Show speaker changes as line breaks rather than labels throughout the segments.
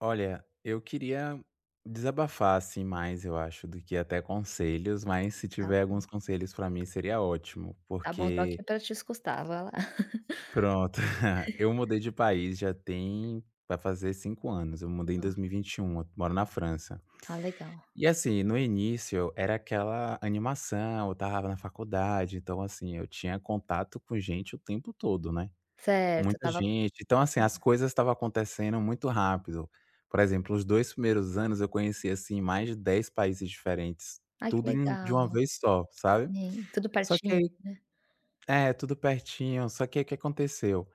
Olha, eu queria desabafar assim mais, eu acho, do que até conselhos, mas se
Tá,
tiver alguns conselhos pra mim seria ótimo,
tá bom, tô
porque
aqui pra te escutar, vai lá.
pronto, eu mudei de país já tem vai fazer 5 anos, eu mudei em
Vá.
2021, eu moro na França.
Ah, legal.
E assim, no início era aquela animação, eu tava na faculdade, então assim, eu tinha contato com gente o tempo todo, né?
Certo,
Muita
tava
gente. Então, assim,
hum.
as coisas estavam acontecendo muito rápido. Por exemplo, os 2 primeiros anos eu conheci, assim, mais de 10 países diferentes,
Ai, que
tudo de
legal.
uma vez só, sabe.
E tudo
Só que
pertinho,
aí
né.
é, tudo pertinho. Só que aí o que aconteceu?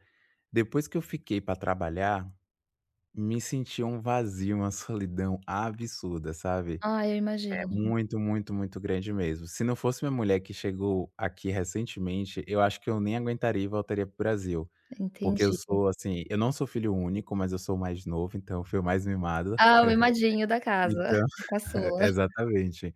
Depois que eu fiquei para trabalhar, me senti um vazio, uma solidão absurda, sabe.
Ah, eu
É
imagino,
muito, muito, muito grande mesmo. Se não fosse minha mulher que chegou aqui recentemente, eu acho que eu nem aguentaria e voltaria para Brasil. Porque
entendi.
eu não sou filho único, mas eu sou o mais novo, então eu fui o mais mimado.
Ah, o mimadinho da casa,
Então
o caçula.
é, exatamente.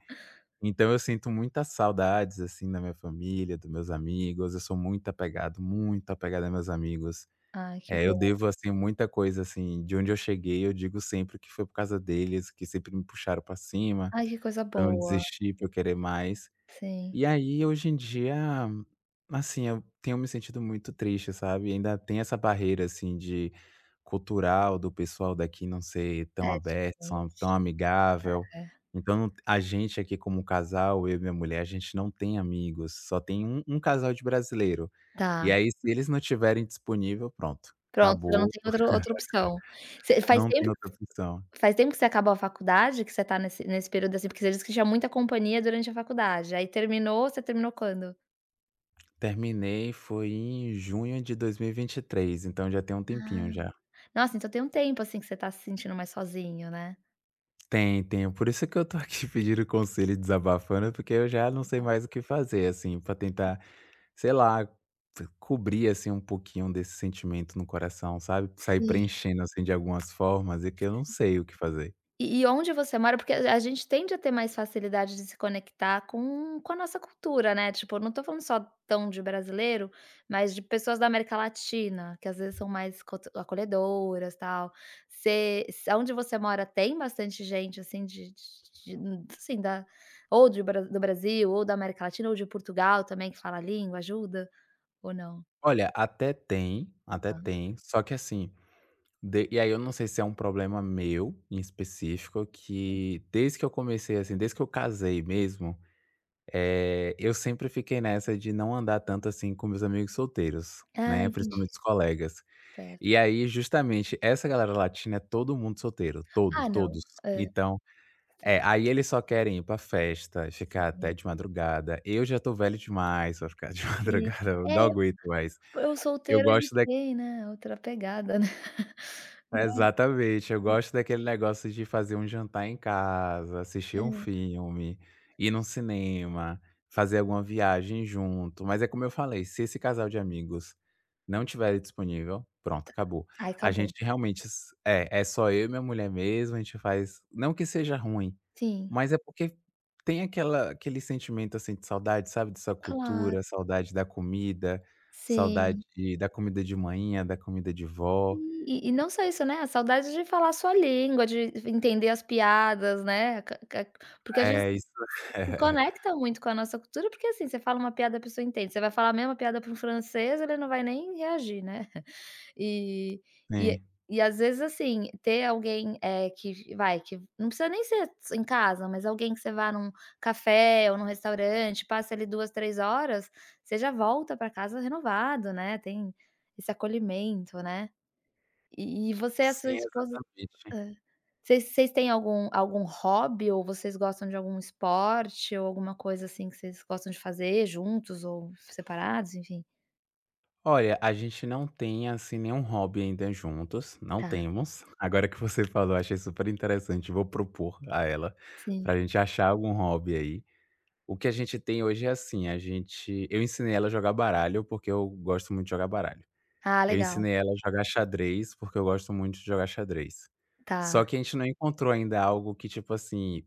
Então eu sinto muitas saudades, assim, da minha família, dos meus amigos. Eu sou muito apegado a meus amigos.
Ai, que
Eu
bom.
devo, assim, muita coisa, assim, de onde eu cheguei, eu digo sempre que foi por causa deles, que sempre me puxaram pra cima,
Ai, que coisa
pra eu não
boa.
desistir, pra eu querer mais.
Sim,
E aí, hoje em dia, assim, eu tenho me sentido muito triste, sabe? Ainda tem essa barreira, assim, de cultural do pessoal daqui não ser tão
é
aberto, tão
diferente.
amigável.
É.
Então, a gente aqui como casal, eu e minha mulher, a gente não tem amigos, só tem um casal de brasileiro. E
Tá,
aí, se eles não tiverem disponível, pronto,
pronto, já não
acabou,
tem outra opção. Você faz
não tem
tempo
outra opção.
faz tempo que você acabou a faculdade, que você tá nesse período, assim? Porque você disse que tinha muita companhia durante a faculdade, aí terminou você terminou quando?
Terminei foi em junho de 2023, então já tem um
Ah.
tempinho já.
Nossa, então tem um tempo, assim, que você tá se sentindo mais sozinho, né?
Tem, tem. Por isso que eu tô aqui pedindo conselho e desabafando, porque eu já não sei mais o que fazer, assim, pra tentar, sei lá, cobrir, assim, um pouquinho desse sentimento no coração, sabe? Sair
Sim.
preenchendo, assim, de algumas formas, e que eu não sei o que fazer.
E onde você mora porque a gente tende a ter mais facilidade de se conectar com a nossa cultura, né, tipo, eu não tô falando só tão de brasileiro, mas de pessoas da América Latina, que às vezes são mais cot acolhedoras, tal. Você se onde você mora tem bastante gente, assim, de assim, da ou de Bra do Brasil, ou da América Latina, ou de Portugal também, que fala a língua, ajuda? Ou não?
Olha, até tem, só que assim, e aí eu não sei se é um problema meu, em específico, que desde que eu comecei, assim, desde que eu casei mesmo, eu sempre fiquei nessa de não andar tanto assim com meus amigos solteiros,
Ah,
né,
entendi.
principalmente os colegas.
Certo.
E aí, justamente, essa galera latina é todo mundo solteiro, todo,
Ah, não.
todos.
É.
Então, é,
Sim,
aí eles só querem ir pra festa, ficar até
sim.
de madrugada. Eu já tô velho demais pra ficar de
Sim.
madrugada, eu não aguento
É,
mais.
o
Eu
solteiro ele
gosto da
tem, né, outra pegada, né.
Exatamente, eu gosto daquele negócio de fazer um jantar em casa, assistir um filme, ir num cinema, fazer alguma viagem junto, mas é como eu falei, se esse casal de amigos não tiver disponível,
É,
pronto,
tá.
acabou.
Aí
A
acabou.
gente realmente é só eu e minha mulher mesmo, a gente faz não que seja ruim,
Sim,
mas é porque tem aquela aquele sentimento, assim, de saudade, sabe, dessa
claro,
cultura, saudade
sim.
da comida de manhã da comida de vó.
E não só isso, né, a saudade de falar a sua língua, de entender as piadas, né, ca ca porque a gente
É, isso.
se conecta muito com a nossa cultura, porque, assim, você fala uma piada a pessoa entende, você vai falar a mesma piada para um francês, ele não vai nem reagir, né. E e
Sim,
e às vezes, assim, ter alguém, é que vai que não precisa nem ser em casa, mas alguém que você vá num café ou num restaurante, passa ali 2 3 horas, você já volta para casa renovado, né, tem esse acolhimento, né. E você e a sua
sim,
esposa
exatamente.
hã. Vocês têm algum algum hobby ou vocês gostam de algum esporte ou alguma coisa, assim, que vocês gostam de fazer juntos ou separados, enfim?
Olha, a gente não tem, assim, nenhum hobby ainda juntos, não
Tá,
temos. Agora que você falou, achei super interessante, vou propor a ela,
sim.
pra gente achar algum hobby aí. O que a gente tem hoje é assim, a gente eu ensinei ela a jogar baralho, porque eu gosto muito de jogar baralho.
Ah,
Eu
legal.
ensinei ela a jogar xadrez, porque eu gosto muito de jogar xadrez. Só
Tá.
que a gente não encontrou ainda algo que, tipo assim,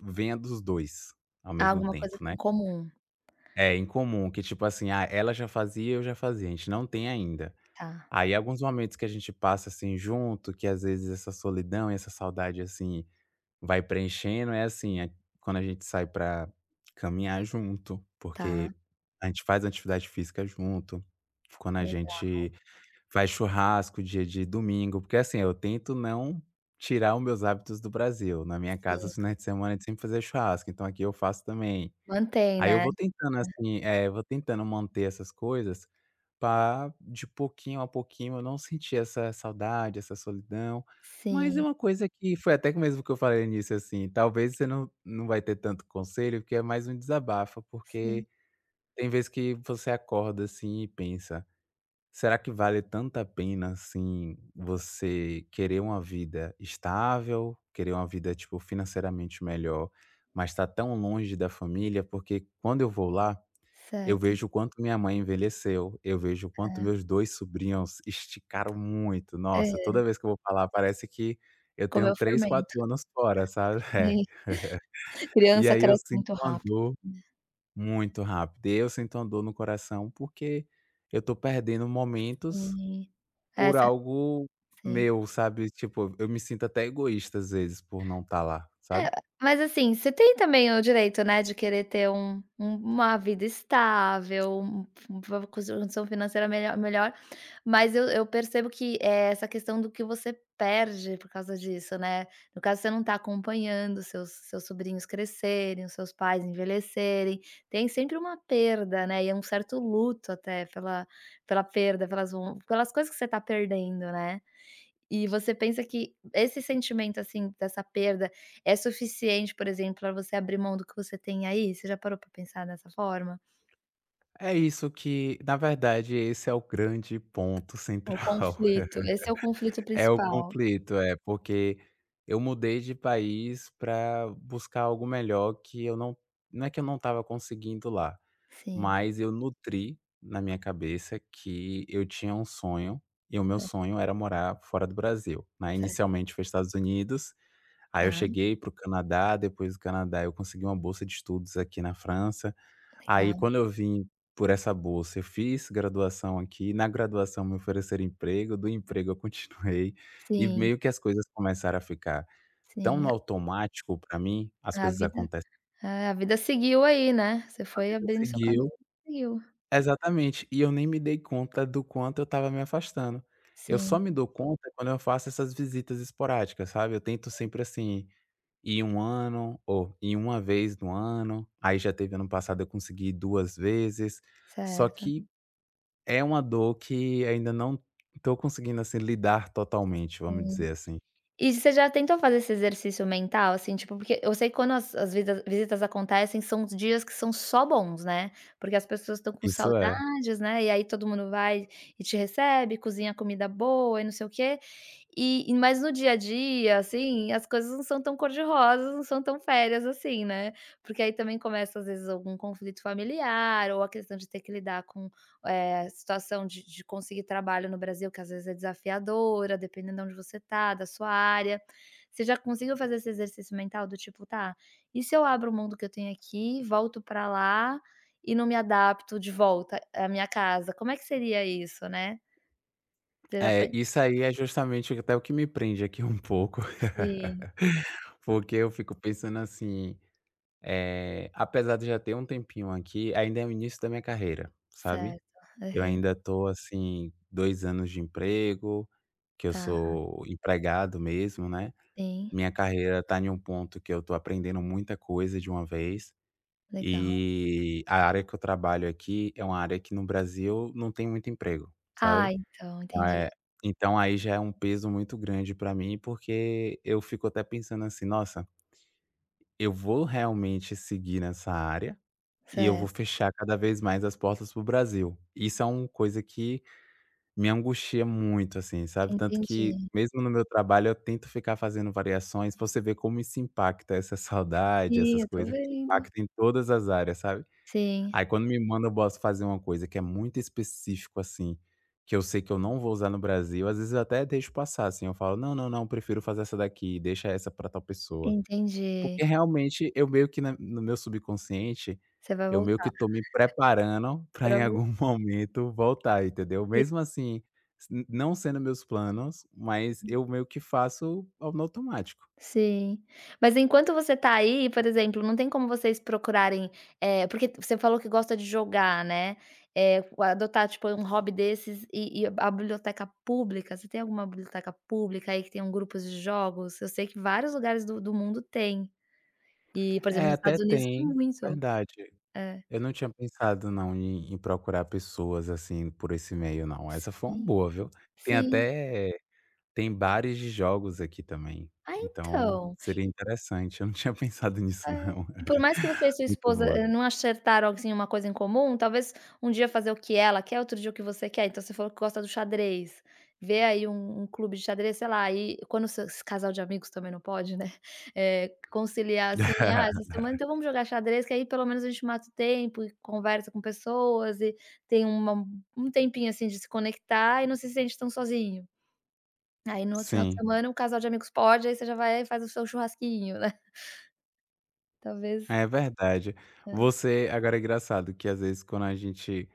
venha dos 2 ao
Ah,
mesmo
alguma coisa
tempo,
em
né.
comum.
É incomum, que tipo assim, ah, ela já fazia, eu já fazia, a gente não tem ainda.
Tá,
Aí alguns momentos que a gente passa, assim, junto, que às vezes essa solidão e essa saudade, assim, vai preenchendo, é assim, é quando a gente sai pra caminhar junto,
tá,
porque a gente faz atividade física junto, quando a
legal.
gente faz churrasco dia de domingo, porque assim, eu tento não tirar os meus hábitos do Brasil. Na minha casa,
Sim,
os finais de semana, a gente sempre fazia churrasco, então aqui eu faço também.
mantém,
Aí eu
né.
vou tentando, assim, vou tentando manter essas coisas para de pouquinho a pouquinho, eu não sentir essa saudade, essa solidão. Mas é
Sim,
uma coisa que foi até que mesmo que eu falei no início, assim, talvez você não vai ter tanto conselho, porque é mais um desabafo,
sim,
porque tem vezes que você acorda, assim, e pensa: "Será que vale tanta pena, assim, você querer uma vida estável, querer uma vida, tipo, financeiramente melhor, mas tá tão longe da família? Porque quando eu vou lá". Eu
certo.
vejo o quanto minha mãe envelheceu, eu vejo o quanto meus 2 sobrinhos esticaram muito.
É,
Nossa,
é,
toda vez que eu vou falar parece que eu tenho
comeu
3,
fermento.
4 anos fora, sabe. É.
Sim,
E
criança
aí eu
cresce
sinto
muito
uma
rápido,
dor
né.
muito rápido. E eu sinto uma dor no coração, porque eu tô perdendo momentos
Sim,
por
essa
algo
sim.
meu, sabe. Tipo, eu me sinto até egoísta às vezes por não estar lá,
É,
sabe.
mas assim, você tem também o direito, né, de querer ter um um uma vida estável, um um, uma condição financeira melhor Mas eu percebo que, essa questão do que você perde por causa disso, né. No caso, você não está acompanhando seus sobrinhos crescerem, os seus pais envelhecerem. Tem sempre uma perda, né, e é um certo luto até pela perda, pelas von pelas coisas que você está perdendo, né. E você pensa que esse sentimento, assim, dessa perda é suficiente, por exemplo, para você abrir mão do que você tem aí? Você já parou para pensar dessa forma?
É isso que na verdade esse é o grande ponto
O
central.
conflito, esse é o conflito
É o
principal.
conflito, é, porque eu mudei de país para buscar algo melhor que eu não não é que eu não estava conseguindo lá,
Sim,
mas eu nutri na minha cabeça que eu tinha um sonho, e o meu
tá
sonho era morar fora do Brasil, né,
certo.
inicialmente foi Estados Unidos, aí eu
Tá,
cheguei para o Canadá, depois do Canadá eu consegui uma bolsa de estudos aqui na França. Aí
legal.
quando eu vim por essa bolsa, eu fiz graduação aqui, na graduação me ofereceram emprego, do emprego eu continuei, e
Sim,
meio que as coisas começaram a ficar tão no
sim.
automático para mim, as
A
coisas
vida
acontecem,
é, a vida seguiu aí, né. Você
a
foi
vida
abrindo seu
seguiu
caminho, seguiu.
exatamente, e eu nem me dei conta do quanto eu estava me afastando. Eu
Sim,
só me dou conta quando eu faço essas visitas esporádicas, sabe, eu tento sempre, assim, ir um ano ou ir uma vez no ano, aí já teve ano passado eu consegui ir 2 vezes, só
certo.
que é uma dor que ainda não tô conseguindo, assim, lidar totalmente, vamos
Sim.
dizer assim.
E você já tentou fazer esse exercício mental, assim, tipo, porque eu sei que quando as visas visitas acontecem, são os dias que são só bons, né, porque as pessoas estão com
Isso é.
saudades, né, e aí todo mundo vai e te recebe, cozinha comida boa e não sei o quê. E- mas no dia a dia, assim, as coisas não são tão cor de rosas, não são tão férias assim, né, porque aí também começa, às vezes, algum conflito familiar ou a questão de ter que lidar com situação de conseguir trabalho no Brasil que às vezes é desafiadora, dependendo de onde você está da sua área. Você já conseguiu fazer esse exercício mental do tipo: "Tá, e se eu abro o mundo que eu tenho aqui, volto para lá e não me adapto de volta à minha casa, como é que seria isso, né?" Você já
É,
pen
isso aí é justamente até o que me prende aqui um pouco,
sim,
porque eu fico pensando assim, apesar de já ter um tempinho aqui, ainda é o início da minha carreira, sabe.
certo.
Eu
Aham.
ainda tô, assim, 2 anos de emprego, que eu
Tá.
sou empregado mesmo, né.
Sim,
Minha carreira tá em um ponto que eu tô aprendendo muita coisa de uma vez.
legal.
E a área que eu trabalho aqui é uma área que no Brasil não tem muito emprego, sabe.
Ah, então, entendi.
Eh, então aí já é um peso muito grande pra mim, porque eu fico até pensando assim: "Nossa, eu vou realmente seguir nessa área e eu vou
Certo,
fechar cada vez mais as portas para o Brasil". Isso é uma coisa que me angustia muito, assim, sabe. Tanto
entendi.
que mesmo no meu trabalho eu tento ficar fazendo variações pra você ver como isso impacta, essa saudade,
Sim,
essas
eu tô
coisas que
vendo.
impactam em todas as áreas, sabe.
Sim,
Aí quando me manda o boss fazer uma coisa que é muito específico, assim, que eu sei que eu não vou usar no Brasil, às vezes eu até deixo passar, assim, eu falo: "Não, não, não, prefiro fazer essa daqui, deixa essa pra tal pessoa". Porque
entendi.
realmente eu meio que na no meu subconsciente,
Você vai
eu meio
voltar
que tô me preparando pra
pra
em algum momento voltar, entendeu?
Sim,
Mesmo assim, s não sendo meus planos, mas eu meio que faço ao no automático.
sim. Mas enquanto você tá aí, por exemplo, não tem como vocês procurarem, porque você falou que gosta de jogar, né, o- adotar, tipo, um hobby desses e a biblioteca pública, você tem alguma biblioteca pública aí que tenham grupos de jogos? Eu sei que vários lugares do mundo tem, e, por exemplo,
É,
nos
até
Estados Unidos tem
tem,
muito.
verdade.
É.
Eu não tinha pensado não em procurar pessoas, assim, por esse meio não. Essa foi uma
Sim,
boa, viu. Tem
sim.
até tem bares de jogos aqui também,
Ah,
então
então.
seria interessante. Eu não tinha pensado nisso
É.
não.
E por mais que você e sua
Muito
esposa,
boa.
não acertaram, assim, uma coisa em comum, talvez um dia fazer o que ela quer, outro dia o que você quer. Então você falou que gosta do xadrez. Vê aí um um clube de xadrez, sei lá, e quando seu esse casal de amigos também não pode, né, conciliar assim: "Ah, essa semana então vamos jogar xadrez, que aí pelo menos a gente mata o tempo e conversa com pessoas e tem uma um tempinho, assim, de se conectar e não se sente tão sozinho". Aí no outro final de
Sim,
semana o casal de amigos pode, aí você já vai e faz o seu churrasquinho, né. Talvez
é verdade.
é.
Você, agora é engraçado que às vezes quando a gente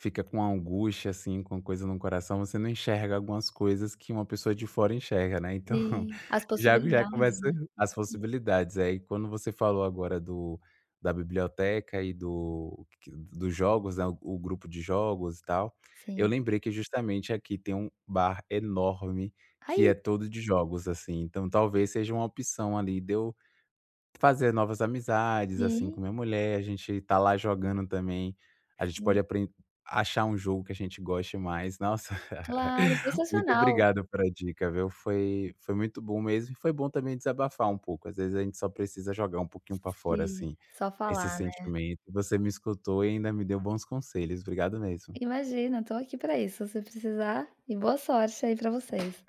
fica com angústia, assim, com coisa no coração, você não enxerga algumas coisas que uma pessoa de fora enxerga, né. Então,
Sim, as
já
possibilidades,
começa
né.
as possibilidades. Aí, quando você falou agora do da biblioteca e do que dos jogos, né, o grupo de jogos e tal, eu
Sim.
lembrei que justamente aqui tem um bar enorme que
Aí
é todo de jogos, assim, então talvez seja uma opção ali deu. Fazer novas amizades, assim,
sim,
com minha mulher, a gente tá lá jogando também, a gente pode
sim.
apren achar um jogo que a gente goste mais. Nossa,
Claro,
muito
sensacional.
obrigado pela dica, viu. Foi muito bom mesmo e foi bom também desabafar um pouco, às vezes a gente só precisa jogar um pouquinho pra fora,
Sim,
assim,
só
esse
falar, né.
sentimento. Você me escutou e ainda me deu bons conselhos, obrigado mesmo.
Imagina, estou aqui pra isso, se você precisar. E boa sorte aí pra vocês.